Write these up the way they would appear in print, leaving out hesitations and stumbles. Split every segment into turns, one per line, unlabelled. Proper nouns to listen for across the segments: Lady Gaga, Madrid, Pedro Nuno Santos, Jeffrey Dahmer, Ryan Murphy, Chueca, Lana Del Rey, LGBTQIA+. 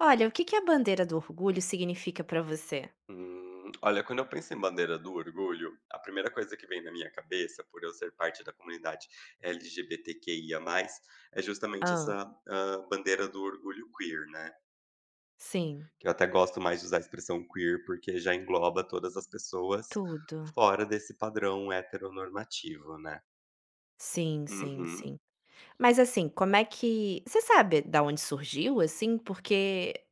Olha, o que que a bandeira do orgulho significa pra você?
Olha, quando eu penso em bandeira do orgulho, a primeira coisa que vem na minha cabeça, por eu ser parte da comunidade LGBTQIA+, é justamente
Hã.
essa, bandeira do orgulho queer, né.
Sim.
Que eu até gosto mais de usar a expressão queer, porque já engloba todas as pessoas
Tudo.
fora desse padrão heteronormativo, né.
Sim, sim,
Uhum.
sim. Mas, assim, como é que você sabe da onde surgiu, assim? Porque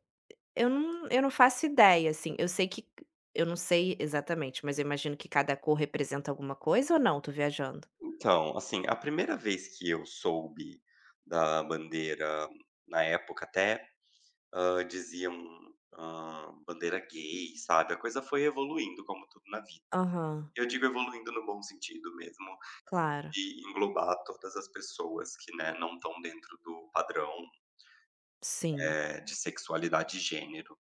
eu não faço ideia, assim. Eu sei que eu não sei exatamente, mas eu imagino que cada cor representa alguma coisa ou não? Tô viajando?
Então, assim, a primeira vez que eu soube da bandeira, na época diziam, bandeira gay, sabe, a coisa foi evoluindo como tudo na vida.
Aham.
Eu digo evoluindo no bom sentido mesmo,
Claro.
de englobar todas as pessoas que, né, não estão dentro do padrão,
Sim,
de sexualidade e gênero.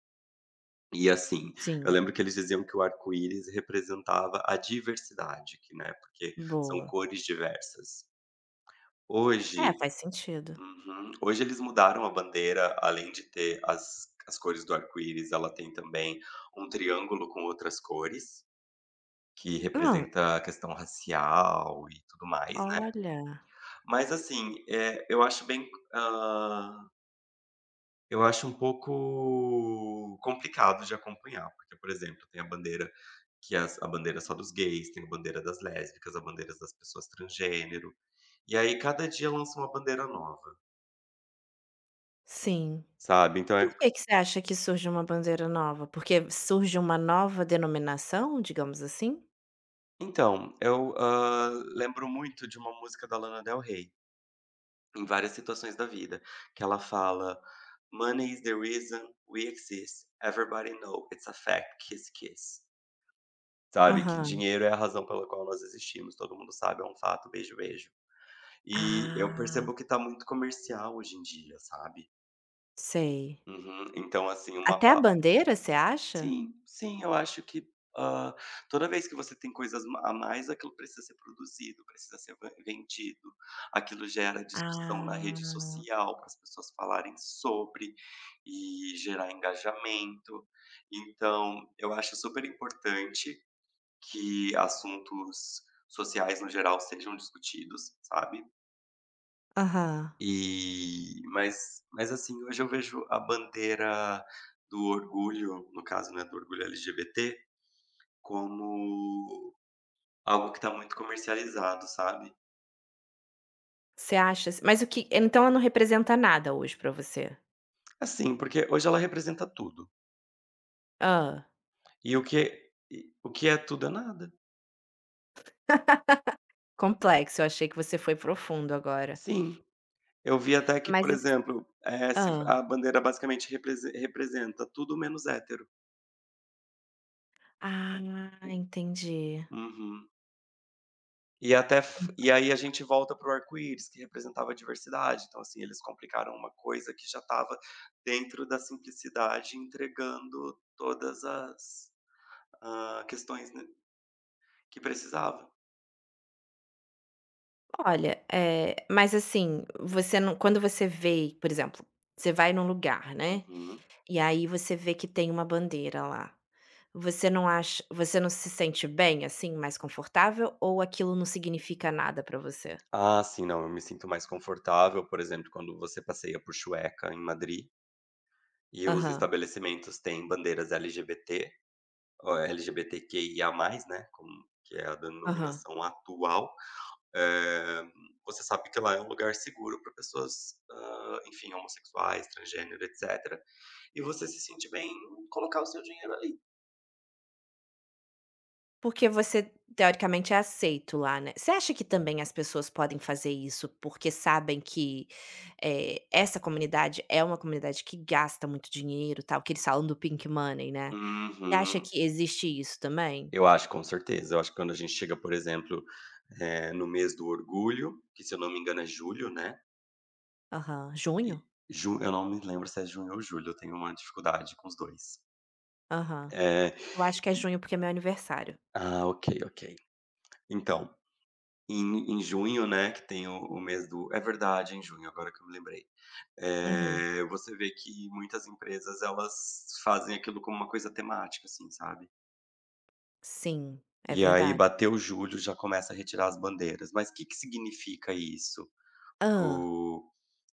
E assim, eu
sim.
lembro que eles diziam que o arco-íris representava a diversidade, que, né, porque são
Boa.
cores diversas.
É,
Hoje
faz sentido.
Uhum. Hoje eles mudaram a bandeira, além de ter as cores do arco-íris, ela tem também um triângulo com outras cores, que
Hã.
representa a questão racial e tudo mais, né.
Olha.
Mas assim, eu acho bem, hã, eu acho um pouco complicado de acompanhar, porque, por exemplo, tem a bandeira a bandeira só dos gays, tem a bandeira das lésbicas, a bandeira das pessoas transgênero, e aí cada dia lança uma bandeira nova,
Sim.
sabe.
Por que que você acha que surge uma bandeira nova? Porque surge uma nova denominação, digamos assim?
Então, eu lembro muito de uma música da Lana Del Rey, em várias situações da vida, que ela fala: "Money is the reason we exist. Everybody know it's a fact. Kiss, kiss". Sabe, que
Aham.
dinheiro é a razão pela qual nós existimos, todo mundo sabe, é um fato, beijo, beijo. E eu
Ah,
percebo que tá muito comercial hoje em dia, sabe.
sei.
Uhum. Então, assim, uma
Até a bandeira, você acha?
Sim, sim, eu acho que, hã, toda vez que você tem coisas ma a mais, aquilo precisa ser produzido, precisa ser van vendido, aquilo gera discussão na rede
Ah,
social para as pessoas falarem sobre e gerar engajamento. Então, eu acho super importante que assuntos sociais no geral sejam discutidos, sabe.
aham.
Mas assim, hoje eu vejo a bandeira do orgulho, no caso, né, do orgulho LGBT como algo que tá muito comercializado, sabe.
Você acha, mas o que então? Ela não representa nada hoje pra você?
Assim, porque hoje ela representa tudo.
Ah,
E o que é tudo é nada.
complexo, eu achei que você foi profundo agora.
Sim, eu vi até que,
Mas
por
ass
exemplo, se
Hã.
a bandeira basicamente representa tudo menos hétero.
Ah, entendi.
Uhum. E até f e aí a gente volta para o arco-íris, que representava a diversidade. Então, assim, eles complicaram uma coisa que já estava dentro da simplicidade, entregando todas as, questões, né, que precisava.
Olha, mas assim, você não, quando você vê, por exemplo, você vai num lugar, né.
Uhum.
E aí você vê que tem uma bandeira lá. Você não acha, você não se sente bem, assim, mais confortável, ou aquilo não significa nada pra você?
Ah, sim, não, eu me sinto mais confortável, por exemplo, quando você passeia por Chueca, em Madrid, e os
Aham,
estabelecimentos têm bandeiras LGBT, ou LGBTQIA+, né, como que é a
aham.
denominação atual, eh, você sabe que lá é um lugar seguro para pessoas, enfim, homossexuais, transgênero, etcétera, e você se sente bem em colocar o seu dinheiro ali.
Porque você teoricamente é aceito lá, né. Você acha que também as pessoas podem fazer isso porque sabem que, essa comunidade é uma comunidade que gasta muito dinheiro, tal, que eles falam do pink money, né. Você acha
Uhum.
que existe isso também?
Eu acho, com certeza. Eu acho que quando a gente chega, por exemplo, no mês do orgulho, que se eu não me engano é julho, né,
Aham. Junho?
E ju eu não me lembro se é junho ou julho, eu tenho uma dificuldade com os 2.
Aham.
Eh,
Eu acho que é junho porque é meu aniversário.
ah, ok, ok. Então, em junho, né, que tem o mês do é verdade, é em junho, agora que eu me lembrei.
Uhum.
Você vê que muitas empresas, elas fazem aquilo como uma coisa temática, assim, sabe.
Sim, é
E aí
verdade.
bateu julho, já começa a retirar as bandeiras. Mas o que que significa isso para
Hã.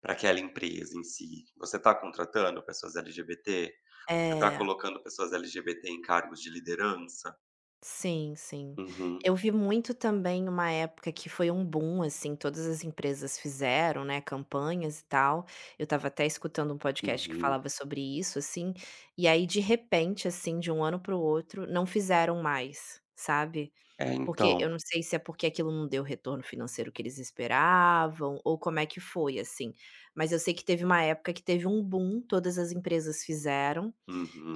aquela empresa em si? Você está contratando pessoas LGBT? Você está
É.
colocando pessoas LGBT em cargos de liderança?
Sim, sim.
Uhum,
Eu vi muito também uma época que foi um boom, assim, todas as empresas fizeram, né, campanhas e tal. Eu estava até escutando um podcast que
uhum.
falava sobre isso, assim, e aí de repente, assim, de um ano para o outro, não fizeram mais, sabe.
É,
Porque eu
então.
não sei se é porque aquilo não deu o retorno financeiro que eles esperavam, ou como é que foi, assim. Mas eu sei que teve uma época que teve um boom, todas as empresas fizeram.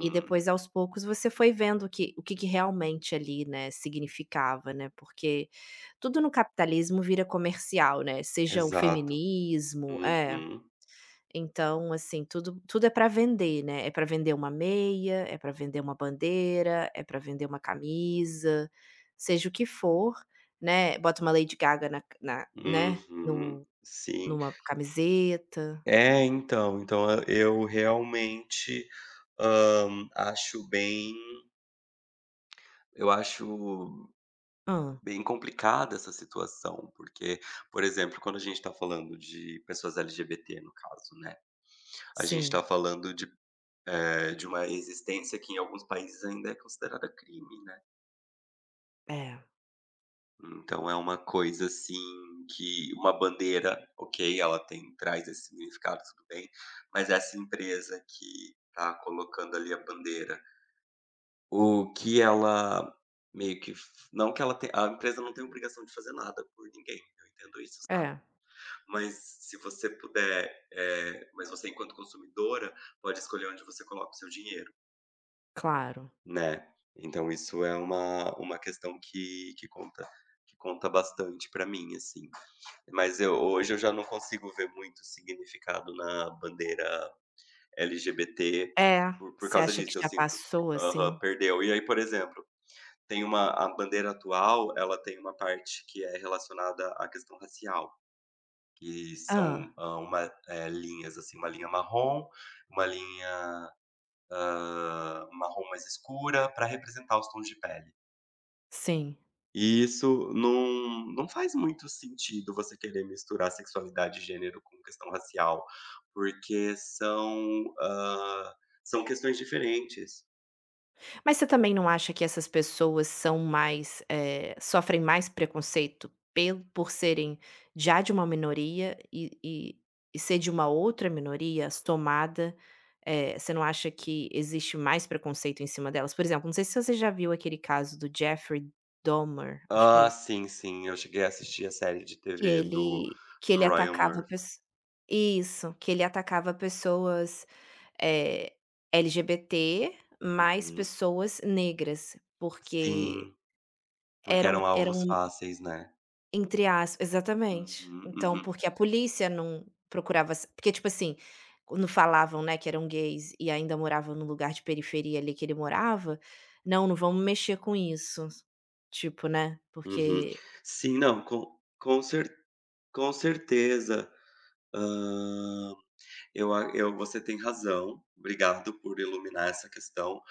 E depois aos poucos você foi vendo o que o que realmente ali, né, significava, né, porque tudo no capitalismo vira comercial, né, seja o
exato.
feminismo é.
Uhum,
Então, assim, tudo é para vender, né, é para vender uma meia, é para vender uma bandeira, é para vender uma camisa, seja o que for, né, bota uma Lady Gaga na né,
uhum,
no
sim.
numa camiseta.
É, então, então eu realmente, hã, acho bem eu acho
Ah.
bem complicada essa situação, porque, por exemplo, quando a gente está falando de pessoas LGBT, no caso, né? A gente
Sim.
está falando de, de uma existência que em alguns países ainda é considerada crime, né.
É,
Então é uma coisa, assim, que uma bandeira, ok, ela tem traz esse significado, tudo bem, mas essa empresa que tá colocando ali a bandeira, o que ela meio que f não que ela tem a empresa não tem obrigação de fazer nada por ninguém, eu entendo isso, sabe.
é,
Mas se você puder, mas você enquanto consumidora, pode escolher onde você coloca o seu dinheiro.
claro.
Né. Então isso é uma questão que conta bastante pra mim, assim. Mas eu hoje eu já não consigo ver muito significado na bandeira LGBT
É,
por
você
causa
acha que
disso, eu
já
sinto que
passou,
aham,
assim?
perdeu. E aí, por exemplo, tem uma a bandeira atual, ela tem uma parte que é relacionada à questão racial, que
Hã,
são, linhas, assim, uma linha marrom, uma linha, marrom mais escura para representar os tons de pele.
sim.
E isso não faz muito sentido você querer misturar sexualidade e gênero com questão racial, porque são, são questões diferentes.
Mas você também não acha que essas pessoas são mais, sofrem mais preconceito pelo, por serem já de uma minoria, e ser de uma outra minoria somada, você não acha que existe mais preconceito em cima delas? Por exemplo, não sei se você já viu aquele caso do Jeffrey Dahmer, acho que é
Ah,
isso.
sim, sim, eu cheguei a assistir a série de
Que
TV do
ele que ele
do Ryan
atacava
Murphy.
pesso isso, que ele atacava pessoas, eh, LGBT, mais
Uhum.
pessoas negras, porque
Sim, porque eram
eram
alvos fáceis, né.
entre as exatamente.
Uhum,
Então,
uhum,
porque a polícia não procurava sa porque, tipo assim, quando falavam, né, que eram gays e ainda moravam no lugar de periferia ali que ele morava, "Não, não vamos mexer com isso", tipo, né,
uhum.
porque
Sim, não, com certeza. Ah, eu você tem razão, obrigado por iluminar essa questão,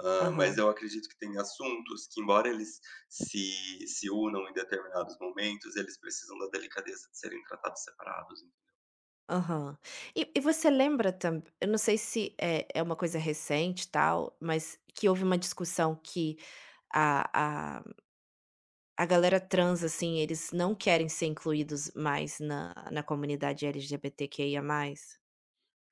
mas
aham.
eu acredito que tem assuntos que embora eles se unam em determinados momentos, eles precisam da delicadeza de serem tratados separados.
Aham. E você lembra também, eu não sei se é é uma coisa recente e tal, mas que houve uma discussão que a a a galera trans, assim, eles não querem ser incluídos mais na comunidade LGBTQIA+.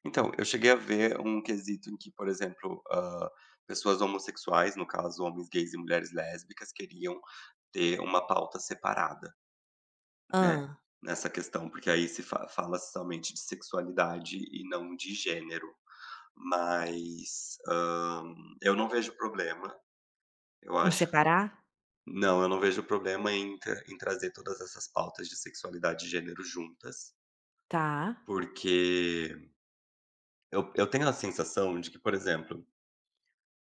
Então, eu cheguei a ver um quesito em que, por exemplo, pessoas homossexuais, no caso homens gays e mulheres lésbicas, queriam ter uma pauta separada, né,
Ah.
nessa questão, porque aí se fa fala somente de sexualidade e não de gênero. Mas, eu não vejo problema, eu
Em
acho
separar?
não, eu não vejo problema em tra em trazer todas essas pautas de sexualidade e gênero juntas,
Tá.
porque eu tenho a sensação de que, por exemplo,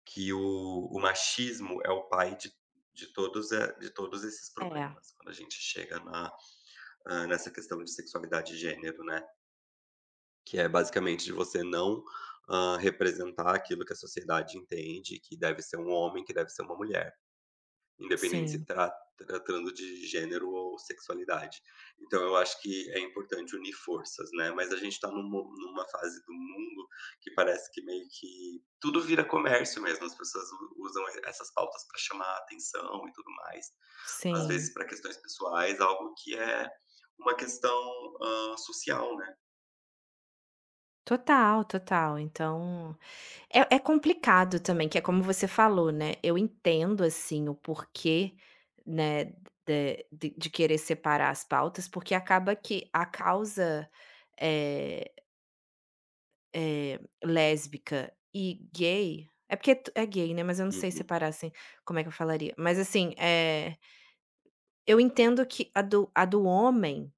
que o machismo é o pai de todos de todos esses
É.
problemas, quando a gente chega na nessa questão de sexualidade e gênero, né, que é basicamente de você não representar aquilo que a sociedade entende que deve ser um homem, que deve ser uma mulher, independente se
Sim,
tra tratando de gênero ou sexualidade. Então eu acho que é importante unir forças, né? Mas a gente está numa fase do mundo que parece que meio que tudo vira comércio mesmo. As pessoas usam essas pautas para chamar a atenção e tudo mais, às
sim.
vezes para questões pessoais, algo que é uma questão, social, né?
Total, total. Então é é complicado também, que é como você falou, né, eu entendo, assim, o porquê, né, de querer separar as pautas, porque acaba que a causa, eh lésbica e gay é porque t é gay, né, mas eu não sei
Uhum.
separar, assim, como é que eu falaria. Mas, assim, eu entendo que a do homem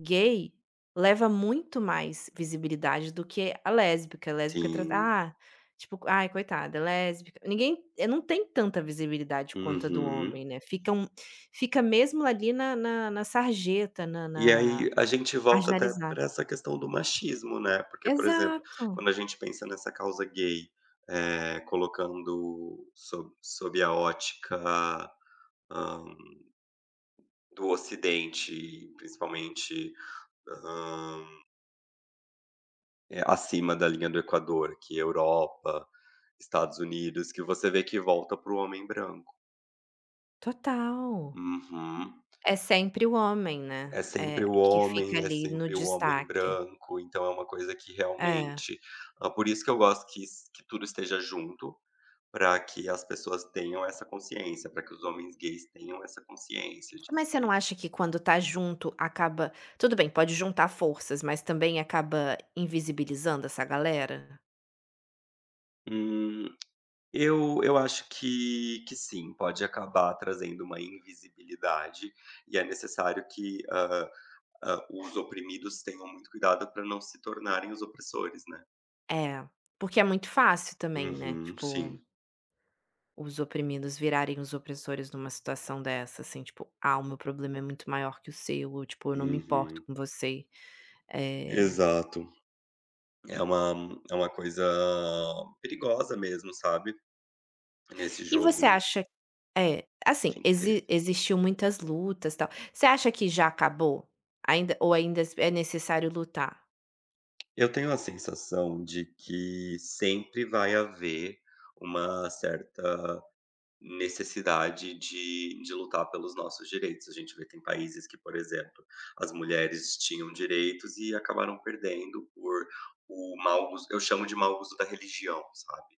gay leva muito mais visibilidade do que a lésbica. A lésbica é trata
Sim.
ah, tipo, "Ai, coitada, é lésbica", ninguém, não tem tanta visibilidade quanto a do
Uhum.
homem, né, fica um, fica mesmo ali na sarjeta, na
E
na
aí a gente volta até
marginalizado.
para essa questão do machismo, né, porque, por exemplo,
Exato,
quando a gente pensa nessa causa gay, colocando sob a ótica, hã, do Ocidente, principalmente, hã, acima da linha do Equador, que é Europa, Estados Unidos, que você vê que volta para o homem branco.
total.
Uhum.
É sempre o homem, né,
É sempre o
que fica
homem, é
ali no
sempre o homem
destaque.
branco, então é uma coisa que
É.
realmente por isso que eu gosto que tudo esteja junto, para que as pessoas tenham essa consciência, para que os homens gays tenham essa consciência de
Mas você não
que
acha que quando tá junto acaba, tudo bem, pode juntar forças, mas também acaba invisibilizando essa galera?
hum, eu acho que sim, pode acabar trazendo uma invisibilidade, e é necessário que os oprimidos tenham muito cuidado para não se tornarem os opressores, né.
É, porque é muito fácil também, né,
Uhum,
tipo,
sim.
os oprimidos virarem os opressores numa situação dessa, assim, tipo: "Ah, o meu problema é muito maior que o seu", ou tipo: "Eu não me importo
Uhum.
com você". Eh,
Exato. É uma é uma coisa perigosa mesmo, sabe, nesse
e você
jogo
acha, é, assim,
de interesse.
existiu muitas lutas, tal. Você acha que já acabou? Ainda, ou ainda s é necessário lutar?
Eu tenho a sensação de que sempre vai haver uma certa necessidade de lutar pelos nossos direitos. A gente vê que tem países que, por exemplo, as mulheres tinham direitos e acabaram perdendo por o mau uso eu chamo de mau uso da religião, sabe,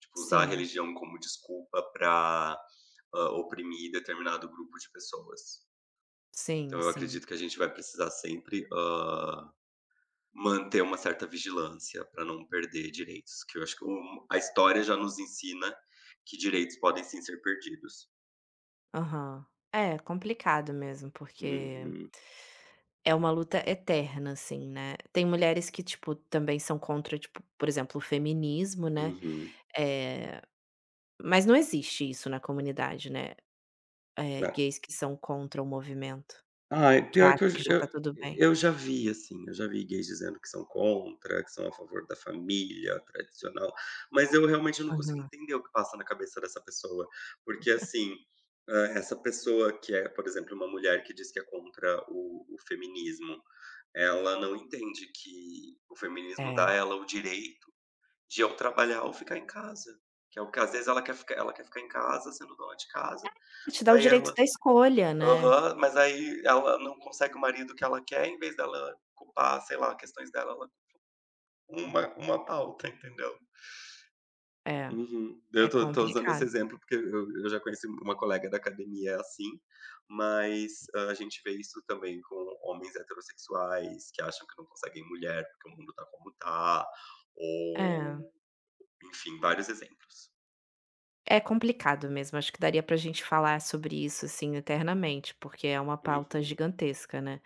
tipo, usar a
Sim,
religião como desculpa para oprimir determinado grupo de pessoas.
sim,
Então eu
sim.
acredito que a gente vai precisar sempre, manter uma certa vigilância para não perder direitos, que eu acho que o a história já nos ensina que direitos podem sim ser perdidos.
Aham. É, complicado mesmo, porque
Uhum,
é uma luta eterna, assim, né. Tem mulheres que, tipo, também são contra, tipo, por exemplo, o feminismo, né,
uhum.
eh, mas não existe isso na comunidade, né,
Na
gays que são contra o movimento,
Ai,
que
pior que
acham
eu j
que já tá
eu
tudo bem.
eu já vi, assim, eu já vi gays dizendo que são contra, que são a favor da família tradicional, mas eu realmente não consigo
Aham.
entender o que passa na cabeça dessa pessoa, porque, assim, essa pessoa que é, por exemplo, uma mulher que diz que é contra o feminismo, ela não entende que o feminismo
É.
dá a ela o direito de ou trabalhar ou ficar em casa, que é o que às vezes ela quer ficar em casa sendo dona de casa,
Te dá o
daí
direito
ela
da escolha, né.
aham, mas aí ela não consegue o marido que ela quer, em vez dela culpar, sei lá, questões dela, ela uma pauta, entendeu?
É,
Uhum. Eu
é
tô usando esse
complicado.
exemplo, porque eu já conheci uma colega da academia assim, mas ah, a gente vê isso também com homens heterossexuais que acham que não conseguem mulher, porque o mundo tá como tá,
É.
ou enfim, vários exemplos.
É complicado mesmo, acho que daria pra gente falar sobre isso, assim, eternamente, porque é uma pauta
Uhum,
gigantesca, né.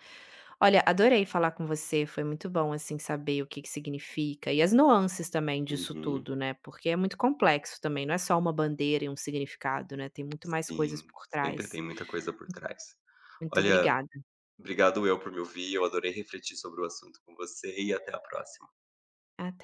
Olha, adorei falar com você, foi muito bom, assim, saber o que que significa e as nuances também disso
uhum.
tudo, né, porque é muito complexo também, não é só uma bandeira e um significado, né, tem muito mais coisas
Sim,
por
sempre
trás.
tem muita coisa por trás.
Muito
Olha
obrigada.
Obrigado eu por me ouvir, eu adorei refletir sobre o assunto com você e até a próxima.
Até.